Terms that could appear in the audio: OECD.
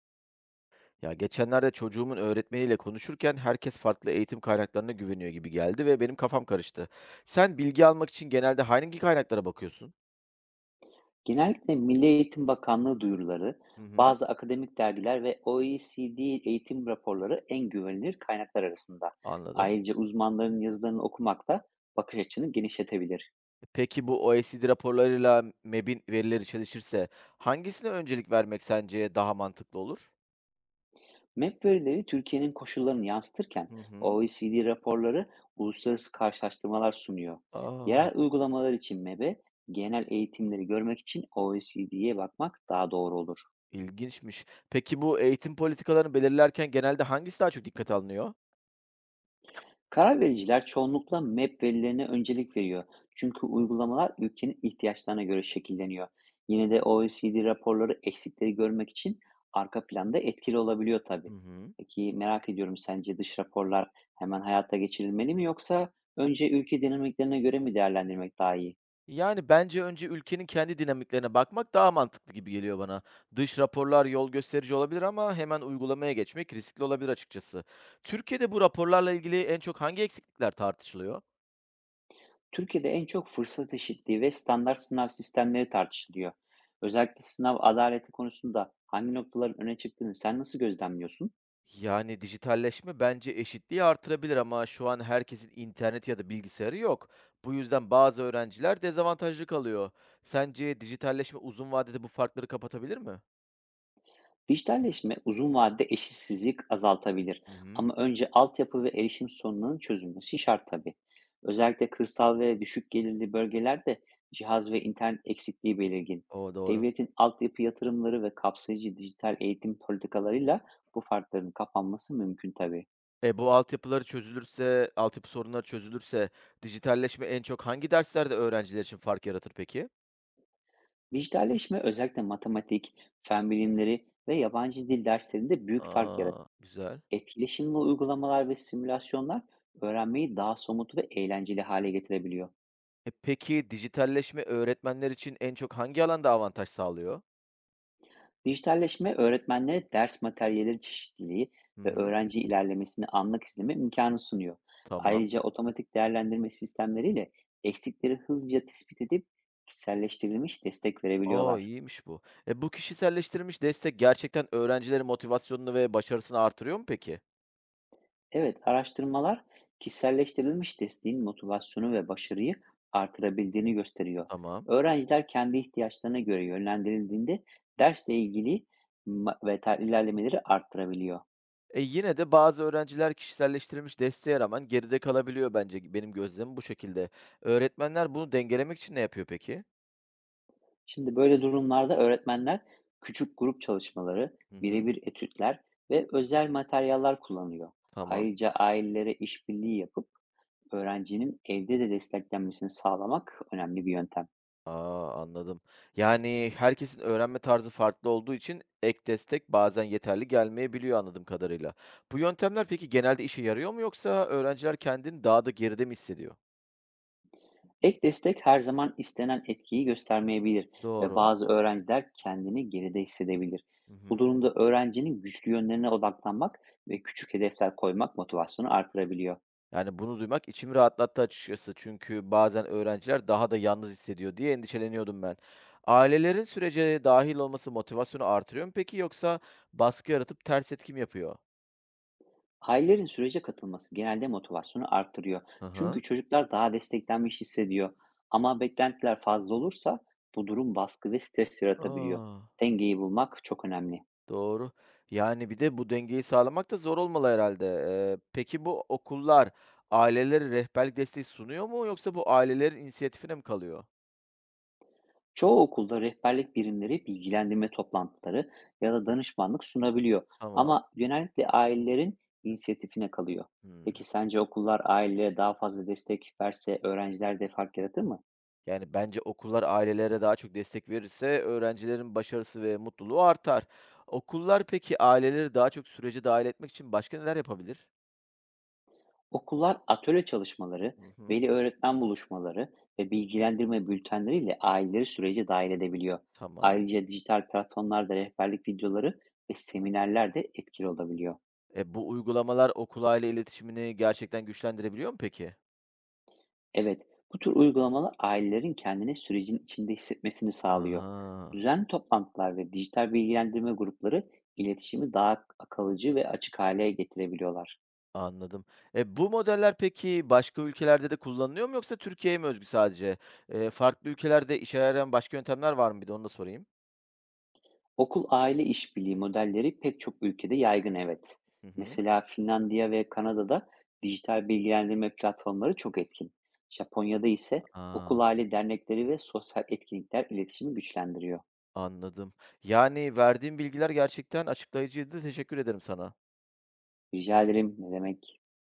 Ya geçenlerde çocuğumun öğretmeniyle konuşurken herkes farklı eğitim kaynaklarına güveniyor gibi geldi ve benim kafam karıştı. Sen bilgi almak için genelde hangi kaynaklara bakıyorsun? Genellikle Milli Eğitim Bakanlığı duyuruları, Hı hı. bazı akademik dergiler ve OECD eğitim raporları en güvenilir kaynaklar arasında. Anladım. Ayrıca uzmanların yazılarını okumak da bakış açını genişletebilir. Peki bu OECD raporlarıyla MEB'in verileri çalışırsa hangisine öncelik vermek sence daha mantıklı olur? MEP verileri Türkiye'nin koşullarını yansıtırken Hı hı. OECD raporları uluslararası karşılaştırmalar sunuyor. Aa, Yerel uygulamalar için MEB'e genel eğitimleri görmek için OECD'ye bakmak daha doğru olur. ilginçmiş. Peki bu eğitim politikalarını belirlerken genelde hangisi daha çok dikkate alınıyor? Karar vericiler çoğunlukla map verilerine öncelik veriyor. Çünkü uygulamalar ülkenin ihtiyaçlarına göre şekilleniyor. Yine de OECD raporları eksikleri görmek için arka planda etkili olabiliyor Hı tabii. hı. Peki merak ediyorum, sence dış raporlar hemen hayata geçirilmeli mi yoksa önce ülke dinamiklerine göre mi değerlendirmek daha iyi? Yani, bence önce ülkenin kendi dinamiklerine bakmak daha mantıklı gibi geliyor bana. Dış raporlar yol gösterici olabilir ama hemen uygulamaya geçmek riskli olabilir açıkçası. Türkiye'de bu raporlarla ilgili en çok hangi eksiklikler tartışılıyor? Türkiye'de en çok fırsat eşitliği ve standart sınav sistemleri tartışılıyor. Özellikle sınav adaleti konusunda hangi noktaların öne çıktığını sen nasıl gözlemliyorsun? Yani, dijitalleşme bence eşitliği artırabilir ama şu an herkesin interneti ya da bilgisayarı yok. Bu yüzden bazı öğrenciler dezavantajlı kalıyor. Sence dijitalleşme uzun vadede bu farkları kapatabilir mi? Dijitalleşme uzun vadede eşitsizlik azaltabilir Hı hı. ama önce altyapı ve erişim sorunlarının çözülmesi şart tabii. Özellikle kırsal ve düşük gelirli bölgelerde cihaz ve internet eksikliği belirgin. O, doğru. Devletin altyapı yatırımları ve kapsayıcı dijital eğitim politikalarıyla bu farkların kapanması mümkün tabii. Bu altyapıları çözülürse, altyapı sorunları çözülürse dijitalleşme en çok hangi derslerde öğrenciler için fark yaratır peki? Dijitalleşme özellikle matematik, fen bilimleri ve yabancı dil derslerinde büyük fark yaratır. A, güzel. Etkileşimli uygulamalar ve simülasyonlar öğrenmeyi daha somut ve eğlenceli hale getirebiliyor. Peki dijitalleşme öğretmenler için en çok hangi alanda avantaj sağlıyor? Dijitalleşme öğretmenlere ders materyalleri çeşitliliği Hı ve hı, öğrenci ilerlemesini anlık izleme imkanı sunuyor. tamam. Ayrıca otomatik değerlendirme sistemleriyle eksikleri hızlıca tespit edip kişiselleştirilmiş destek O, verebiliyorlar. iyiymiş bu. Bu kişiselleştirilmiş destek gerçekten öğrencilerin motivasyonunu ve başarısını artırıyor mu peki? Evet, araştırmalar kişiselleştirilmiş desteğin motivasyonu ve başarıyı artırabildiğini gösteriyor. Tamam. Öğrenciler kendi ihtiyaçlarına göre yönlendirildiğinde dersle ilgili ilerlemeleri arttırabiliyor. Yine de bazı öğrenciler kişiselleştirilmiş desteğe rağmen geride kalabiliyor bence. Benim gözlemim bu şekilde. Öğretmenler bunu dengelemek için ne yapıyor peki? Şimdi böyle durumlarda öğretmenler küçük grup çalışmaları, Hı hı. birebir etütler ve özel materyaller kullanıyor. Tamam. Ayrıca ailelere işbirliği yapıp öğrencinin evde de desteklenmesini sağlamak önemli bir yöntem. A, anladım. Yani, herkesin öğrenme tarzı farklı olduğu için ek destek bazen yeterli gelmeyebiliyor anladığım kadarıyla. Bu yöntemler peki genelde işe yarıyor mu yoksa öğrenciler kendini daha da geride mi hissediyor? Ek destek her zaman istenen etkiyi göstermeyebilir ve Doğru. bazı öğrenciler kendini geride hissedebilir. Hı Bu hı. durumda öğrencinin güçlü yönlerine odaklanmak ve küçük hedefler koymak motivasyonu artırabiliyor. Yani, bunu duymak içimi rahatlattı açıkçası. Çünkü bazen öğrenciler daha da yalnız hissediyor diye endişeleniyordum ben. Ailelerin sürece dahil olması motivasyonu artırıyor mu peki yoksa baskı yaratıp ters etki mi yapıyor? Ailelerin sürece katılması genelde motivasyonu arttırıyor. Hı hı. Çünkü çocuklar daha desteklenmiş hissediyor. Ama beklentiler fazla olursa bu durum baskı ve stres yaratabiliyor. A! Dengeyi bulmak çok önemli. Doğru. Yani, bir de bu dengeyi sağlamak da zor olmalı herhalde. Peki bu okullar ailelere rehberlik desteği sunuyor mu yoksa bu ailelerin inisiyatifine mi kalıyor? Çoğu okulda rehberlik birimleri bilgilendirme toplantıları ya da danışmanlık sunabiliyor. Tamam. Ama genellikle ailelerin inisiyatifine kalıyor. Hımm. Peki sence okullar ailelere daha fazla destek verse öğrencilerde fark yaratır mı? Yani, bence okullar ailelere daha çok destek verirse öğrencilerin başarısı ve mutluluğu artar. Okullar peki aileleri daha çok sürece dahil etmek için başka neler yapabilir? Okullar atölye çalışmaları, Hı hı. veli öğretmen buluşmaları ve bilgilendirme bültenleriyle aileleri sürece dahil edebiliyor. Tamam. Ayrıca dijital platformlarda rehberlik videoları ve seminerler de etkili olabiliyor. Bu uygulamalar okul aile iletişimini gerçekten güçlendirebiliyor mu peki? Evet, bu tür uygulamalar ailelerin kendini sürecin içinde hissetmesini sağlıyor. Aa. Düzenli toplantılar ve dijital bilgilendirme grupları iletişimi daha kalıcı ve açık hale getirebiliyorlar. Anladım. Bu modeller peki başka ülkelerde de kullanılıyor mu yoksa Türkiye'ye mi özgü sadece? Farklı ülkelerde işe yarayan başka yöntemler var mı? Bir de onu da sorayım. Okul aile işbirliği modelleri pek çok ülkede yaygın, evet. Hı hı. Mesela Finlandiya ve Kanada'da dijital bilgilendirme platformları çok etkin. Japonya'da ise okul A! aile dernekleri ve sosyal etkinlikler iletişimi güçlendiriyor. Anladım. Yani verdiğim bilgiler gerçekten açıklayıcıydı. Teşekkür ederim sana. Rica ederim, ne demek?